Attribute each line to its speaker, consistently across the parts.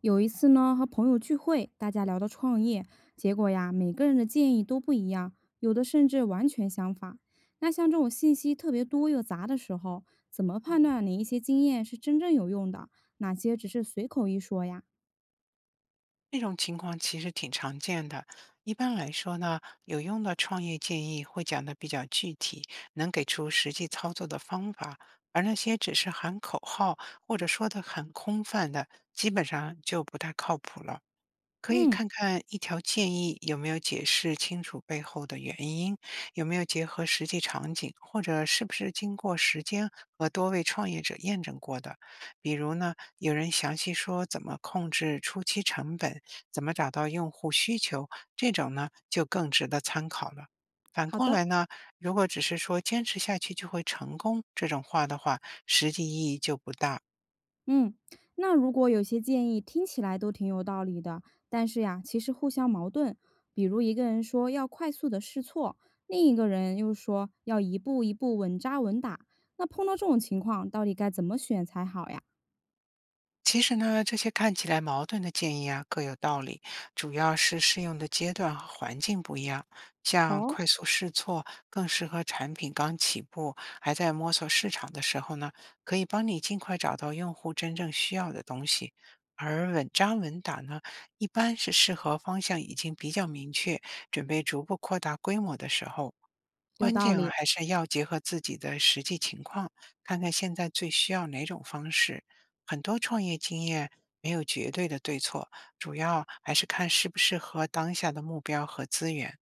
Speaker 1: 有一次呢，和朋友聚会，大家聊到创业，结果呀，每个人的建议都不一样，有的甚至完全相反。那像这种信息特别多又杂的时候，怎么判断哪一些经验是真正有用的，哪些只是随口一说呀？
Speaker 2: 这种情况其实挺常见的。一般来说呢，有用的创业建议会讲的比较具体，能给出实际操作的方法，而那些只是喊口号或者说的很空泛的，基本上就不太靠谱了。可以
Speaker 1: 嗯，
Speaker 2: 看看一条建议有没有解释清楚背后的原因，有没有结合实际场景，或者是不是经过时间和多位创业者验证过的。比如呢，有人详细说怎么控制初期成本，怎么找到用户需求，这种呢就更值得参考了。反
Speaker 1: 好
Speaker 2: 过
Speaker 1: 的。
Speaker 2: 来呢，如果只是说坚持下去就会成功这种话的话，实际意义就不大了。
Speaker 1: 嗯，那如果有些建议听起来都挺有道理的，但是呀，其实互相矛盾。比如一个人说要快速的试错，另一个人又说要一步一步稳扎稳打。那碰到这种情况，到底该怎么选才好呀？
Speaker 2: 其实呢，这些看起来矛盾的建议啊，各有道理，主要是适用的阶段和环境不一样。像
Speaker 1: 哦，
Speaker 2: 快速试错更适合产品刚起步、还在摸索市场的时候呢，可以帮你尽快找到用户真正需要的东西。而稳扎稳打呢，一般是适合方向已经比较明确、准备逐步扩大规模的时候。
Speaker 1: 有
Speaker 2: 关
Speaker 1: 道
Speaker 2: 键啊，
Speaker 1: 理，
Speaker 2: 还是要结合自己的实际情况，看看现在最需要哪种方式。很多创业经验没有绝对的对错，主要还是看适不适合当下的目标和资源。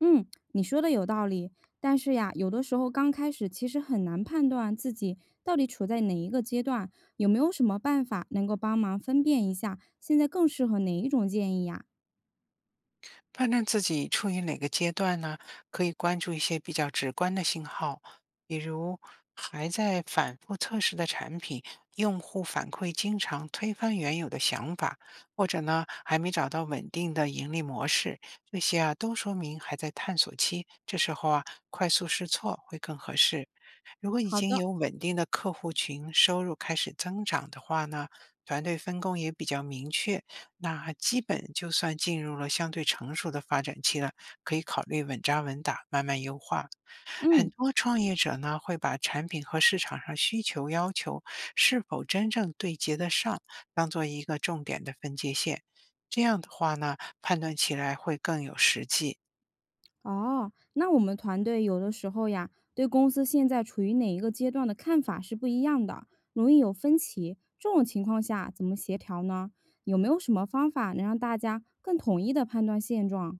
Speaker 1: 嗯，你说的有道理。但是呀，有的时候刚开始其实很难判断自己到底处在哪一个阶段，有没有什么办法能够帮忙分辨一下，现在更适合哪一种建议呀？
Speaker 2: 判断自己处于哪个阶段呢？可以关注一些比较直观的信号，比如还在反复测试的产品，用户反馈经常推翻原有的想法，或者呢还没找到稳定的盈利模式，这些啊都说明还在探索期。这时候啊，快速试错会更合适。如果已
Speaker 1: 好
Speaker 2: 经
Speaker 1: 的，
Speaker 2: 有稳定的客户群，收入开始增长的话呢，团队分工也比较明确，那基本就算进入了相对成熟的发展期了，可以考虑稳扎稳打，慢慢优化。很
Speaker 1: 嗯。
Speaker 2: 多创业者呢，会把产品和市场上需求要求是否真正对接得上，当做一个重点的分界线。这样的话呢，判断起来会更有实际。
Speaker 1: 哦，那我们团队有的时候呀，对公司现在处于哪一个阶段的看法是不一样的，容易有分歧。这种情况下怎么协调呢？有没有什么方法能让大家更统一的判断现状？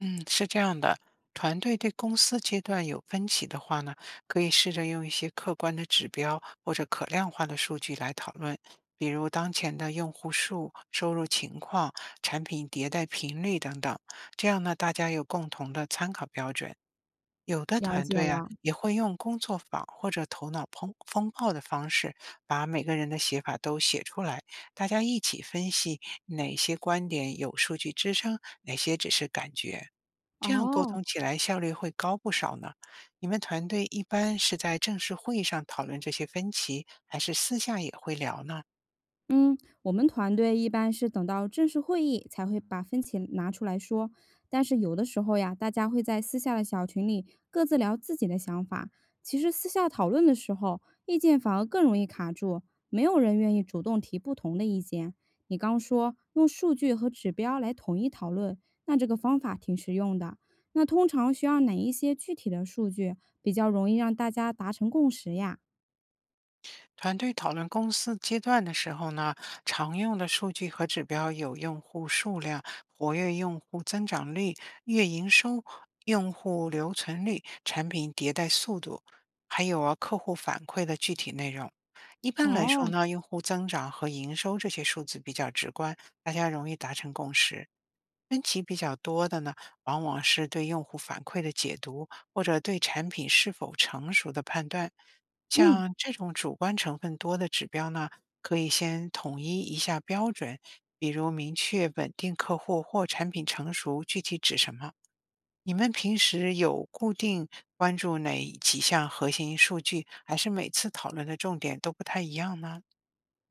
Speaker 2: 嗯，是这样的，团队对公司阶段有分歧的话呢，可以试着用一些客观的指标或者可量化的数据来讨论，比如当前的用户数、收入情况、产品迭代频率等等。这样呢，大家有共同的参考标准。有的
Speaker 1: 了
Speaker 2: 团
Speaker 1: 解
Speaker 2: 队啊，
Speaker 1: 了，
Speaker 2: 也会用工作坊或者头脑风暴的方式，把每个人的写法都写出来，大家一起分析哪些观点有数据支撑，哪些只是感觉。这样沟
Speaker 1: 哦，
Speaker 2: 通起来效率会高不少呢。你们团队一般是在正式会议上讨论这些分歧，还是私下也会聊呢？
Speaker 1: 嗯，我们团队一般是等到正式会议才会把分歧拿出来说，但是有的时候呀，大家会在私下的小群里各自聊自己的想法。其实私下讨论的时候，意见反而更容易卡住，没有人愿意主动提不同的意见。你刚说用数据和指标来统一讨论，那这个方法挺实用的。那通常需要哪一些具体的数据比较容易让大家达成共识呀？
Speaker 2: 团队讨论公司阶段的时候呢，常用的数据和指标有用户数量、活跃用户增长率、月营收、用户留存率、产品迭代速度，还有啊客户反馈的具体内容。一般来说
Speaker 1: 哦，
Speaker 2: 呢，用户增长和营收这些数字比较直观，大家容易达成共识。分歧比较多的呢，往往是对用户反馈的解读，或者对产品是否成熟的判断。
Speaker 1: 嗯，
Speaker 2: 像这种主观成分多的指标呢，可以先统一一下标准，比如明确稳定客户或产品成熟具体指什么。你们平时有固定关注哪几项核心数据，还是每次讨论的重点都不太一样呢？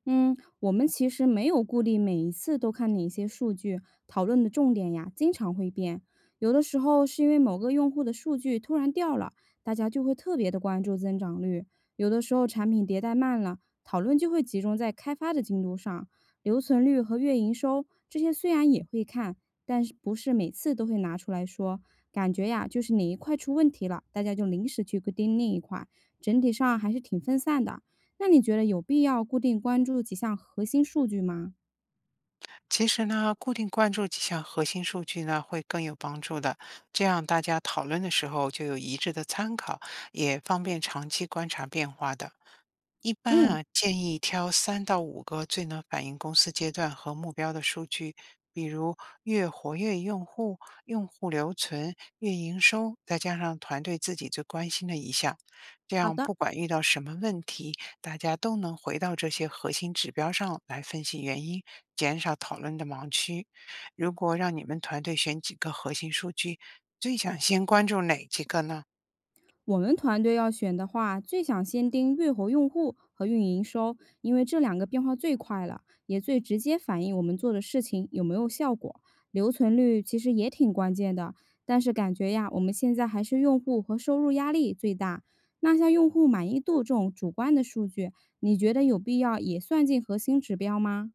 Speaker 1: 嗯，我们其实没有固定每一次都看哪些数据，讨论的重点呀，经常会变。有的时候是因为某个用户的数据突然掉了，大家就会特别的关注增长率；有的时候产品迭代慢了，讨论就会集中在开发的进度上。留存率和月营收这些虽然也会看，但是不是每次都会拿出来说。感觉呀，就是哪一块出问题了，大家就临时去盯另一块，整体上还是挺分散的。那你觉得有必要固定关注几项核心数据吗？
Speaker 2: 其实呢，固定关注几项核心数据呢，会更有帮助的。这样大家讨论的时候就有一致的参考，也方便长期观察变化的。一般
Speaker 1: 嗯，
Speaker 2: 啊，建议挑3到5个最能反映公司阶段和目标的数据，比如月活跃用户、用户留存、月营收，再加上团队自己最关心的一项。这
Speaker 1: 好
Speaker 2: 样，
Speaker 1: 的。
Speaker 2: 不管遇到什么问题，大家都能回到这些核心指标上来分析原因，减少讨论的盲区。如果让你们团队选几个核心数据，最想先关注哪几个呢？
Speaker 1: 我们团队要选的话，最想先盯月活用户和运营收，因为这两个变化最快了，也最直接反映我们做的事情有没有效果。留存率其实也挺关键的，但是感觉呀，我们现在还是用户和收入压力最大。那像用户满意度这种主观的数据，你觉得有必要也算进核心指标吗？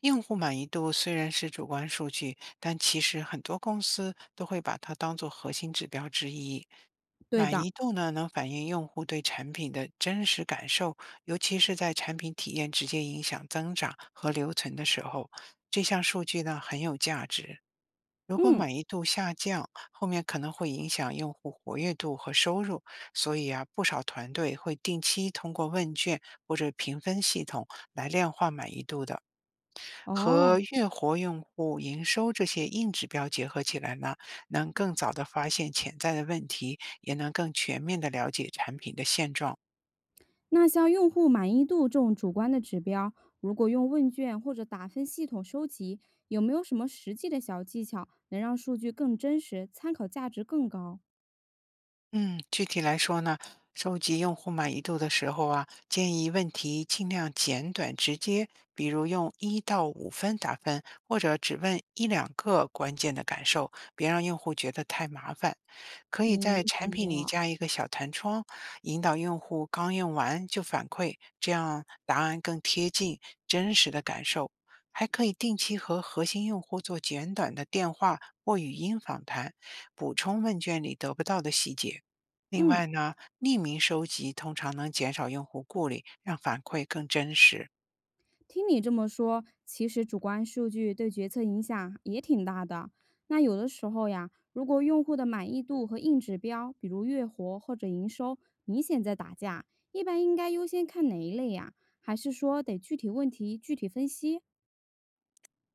Speaker 2: 用户满意度虽然是主观数据，但其实很多公司都会把它当做核心指标之一。
Speaker 1: 对
Speaker 2: 满
Speaker 1: 的，
Speaker 2: 意度呢，能反映用户对产品的真实感受，尤其是在产品体验直接影响增长和留存的时候，这项数据呢很有价值。如果
Speaker 1: 嗯，
Speaker 2: 满意度下降，后面可能会影响用户活跃度和收入，所以啊，不少团队会定期通过问卷或者评分系统来量化满意度的。和
Speaker 1: 哦，
Speaker 2: 月活用户营收这些硬指标结合起来呢，能更早的发现潜在的问题，也能更全面的了解产品的现状。
Speaker 1: 那像用户满意度这种主观的指标，如果用问卷或者打分系统收集，有没有什么实际的小技巧能让数据更真实，参考价值更高？
Speaker 2: 嗯，具体来说呢，收集用户满意度的时候啊，建议问题尽量简短直接，比如用一到五分打分，或者只问一两个关键的感受，别让用户觉得太麻烦。可以
Speaker 1: 明
Speaker 2: 在
Speaker 1: 白
Speaker 2: 产品里
Speaker 1: 了，
Speaker 2: 加一个小弹窗，引导用户刚用完就反馈，这样答案更贴近真实的感受。还可以定期和核心用户做简短的电话或语音访谈，补充问卷里得不到的细节。另
Speaker 1: 嗯，
Speaker 2: 外呢，匿名收集通常能减少用户顾虑，让反馈更真实。
Speaker 1: 听你这么说，其实主观数据对决策影响也挺大的。那有的时候呀，如果用户的满意度和硬指标，比如月活或者营收，明显在打架，一般应该优先看哪一类呀？还是说得具体问题具体分析？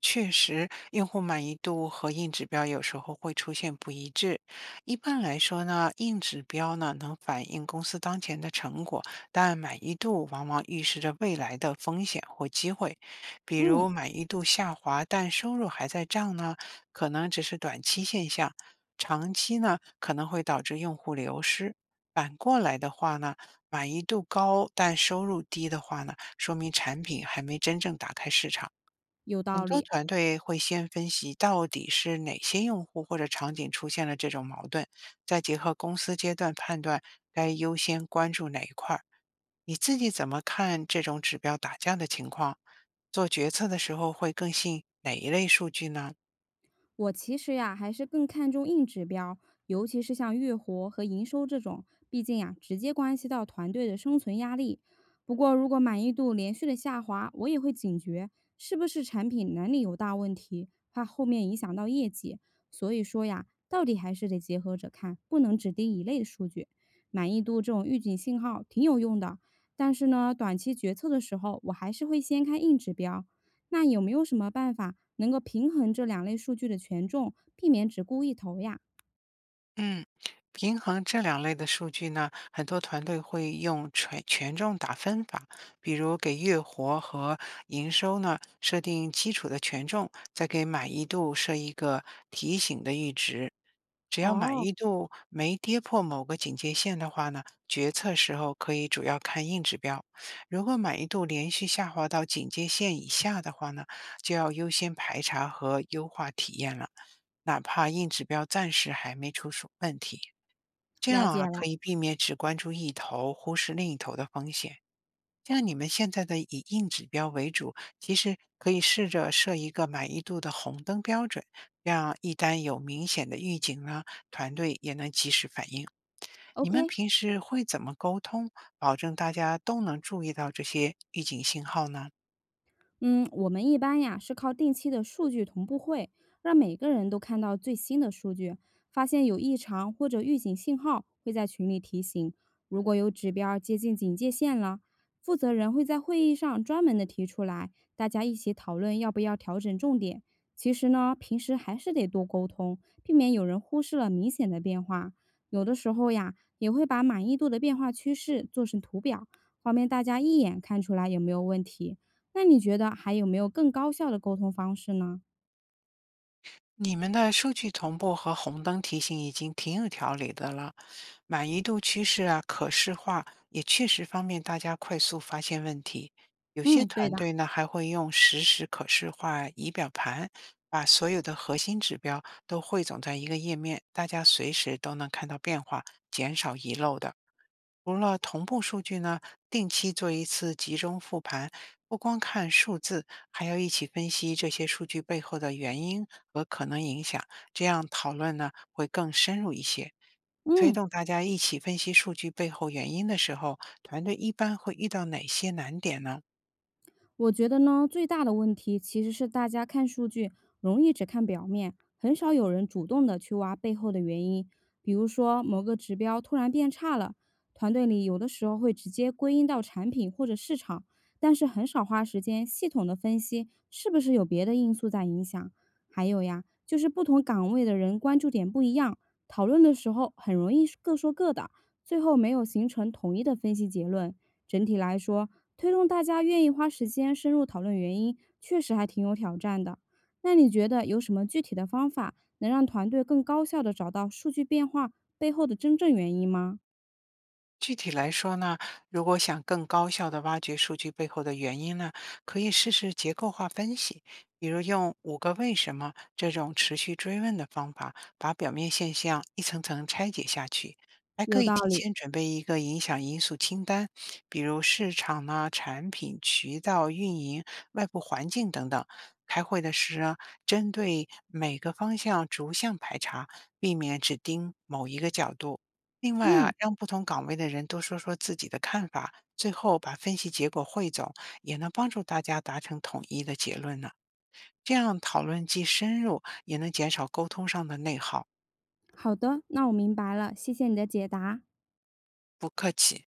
Speaker 2: 确实，用户满意度和硬指标有时候会出现不一致。一般来说呢，硬指标呢能反映公司当前的成果，但满意度往往预示着未来的风险或机会。比
Speaker 1: 嗯。
Speaker 2: 如满意度下滑，但收入还在涨呢，可能只是短期现象，长期呢可能会导致用户流失。反过来的话呢，满意度高但收入低的话呢，说明产品还没真正打开市场。
Speaker 1: 有
Speaker 2: 很
Speaker 1: 道
Speaker 2: 多
Speaker 1: 理。
Speaker 2: 团队会先分析到底是哪些用户或者场景出现了这种矛盾，再结合公司阶段判断该优先关注哪一块儿。你自己怎么看这种指标打架的情况？做决策的时候会更信哪一类数据呢？
Speaker 1: 我其实呀，还是更看重硬指标，尤其是像月活和营收这种，毕竟呀，直接关系到团队的生存压力。不过，如果满意度连续的下滑，我也会警觉，是不是产品能力有大问题，怕后面影响到业绩。所以说呀，到底还是得结合着看，不能只盯一类的数据。满意度这种预警信号挺有用的，但是呢，短期决策的时候，我还是会先看硬指标，那有没有什么办法能够平衡这两类数据的权重，避免只顾一头呀？
Speaker 2: 嗯，平衡这两类的数据呢，很多团队会用权重打分法，比如给月活和营收呢设定基础的权重，再给满意度设一个提醒的阈值。只要满
Speaker 1: 哦，
Speaker 2: 意度没跌破某个警戒线的话呢，决策时候可以主要看硬指标。如果满意度连续下滑到警戒线以下的话呢，就要优先排查和优化体验了，哪怕硬指标暂时还没出什问题。这样
Speaker 1: 了解
Speaker 2: 啊，可
Speaker 1: 了
Speaker 2: 以避免只关注一头，忽视另一头的风险。像你们现在的以硬指标为主，其实可以试着设一个满意度的红灯标准，这样一旦有明显的预警呢，团队也能及时反应。你们
Speaker 1: ，OK。
Speaker 2: 平时会怎么沟通，保证大家都能注意到这些预警信号呢？
Speaker 1: 嗯，我们一般呀是靠定期的数据同步会，让每个人都看到最新的数据，发现有异常或者预警信号，会在群里提醒。如果有指标接近警戒线了，负责人会在会议上专门的提出来，大家一起讨论要不要调整重点。其实呢，平时还是得多沟通，避免有人忽视了明显的变化。有的时候呀，也会把满意度的变化趋势做成图表，方便大家一眼看出来有没有问题。那你觉得还有没有更高效的沟通方式呢？
Speaker 2: 你们的数据同步和红灯提醒已经挺有条理的了，满意度趋势啊，可视化也确实方便大家快速发现问题。有些
Speaker 1: 嗯，对
Speaker 2: 团
Speaker 1: 的，
Speaker 2: 队呢还会用实时可视化仪表盘，把所有的核心指标都汇总在一个页面，大家随时都能看到变化，减少遗漏的。除了同步数据呢，定期做一次集中复盘，不光看数字，还要一起分析这些数据背后的原因和可能影响，这样讨论呢会更深入一些。推
Speaker 1: 嗯。
Speaker 2: 动大家一起分析数据背后原因的时候，团队一般会遇到哪些难点呢？
Speaker 1: 我觉得呢，最大的问题其实是大家看数据容易只看表面，很少有人主动的去挖背后的原因。比如说某个指标突然变差了，团队里有的时候会直接归因到产品或者市场，但是很少花时间系统的分析是不是有别的因素在影响。还有呀，就是不同岗位的人关注点不一样，讨论的时候很容易各说各的，最后没有形成统一的分析结论。整体来说，推动大家愿意花时间深入讨论原因，确实还挺有挑战的。那你觉得有什么具体的方法能让团队更高效地找到数据变化背后的真正原因吗？
Speaker 2: 具体来说呢，如果想更高效地挖掘数据背后的原因呢，可以试试结构化分析，比如用五个为什么这种持续追问的方法，把表面现象一层层拆解下去。还
Speaker 1: 有
Speaker 2: 可以
Speaker 1: 道
Speaker 2: 提
Speaker 1: 理。
Speaker 2: 前准备一个影响因素清单，比如市场呢、产品、渠道、运营、外部环境等等。开会的时呢，针对每个方向逐项排查，避免只盯某一个角度。另外啊，
Speaker 1: 嗯，
Speaker 2: 让不同岗位的人都说说自己的看法，最后把分析结果汇总，也能帮助大家达成统一的结论呢。这样讨论既深入，也能减少沟通上的内耗。
Speaker 1: 好的，那我明白了，谢谢你的解答。
Speaker 2: 不客气。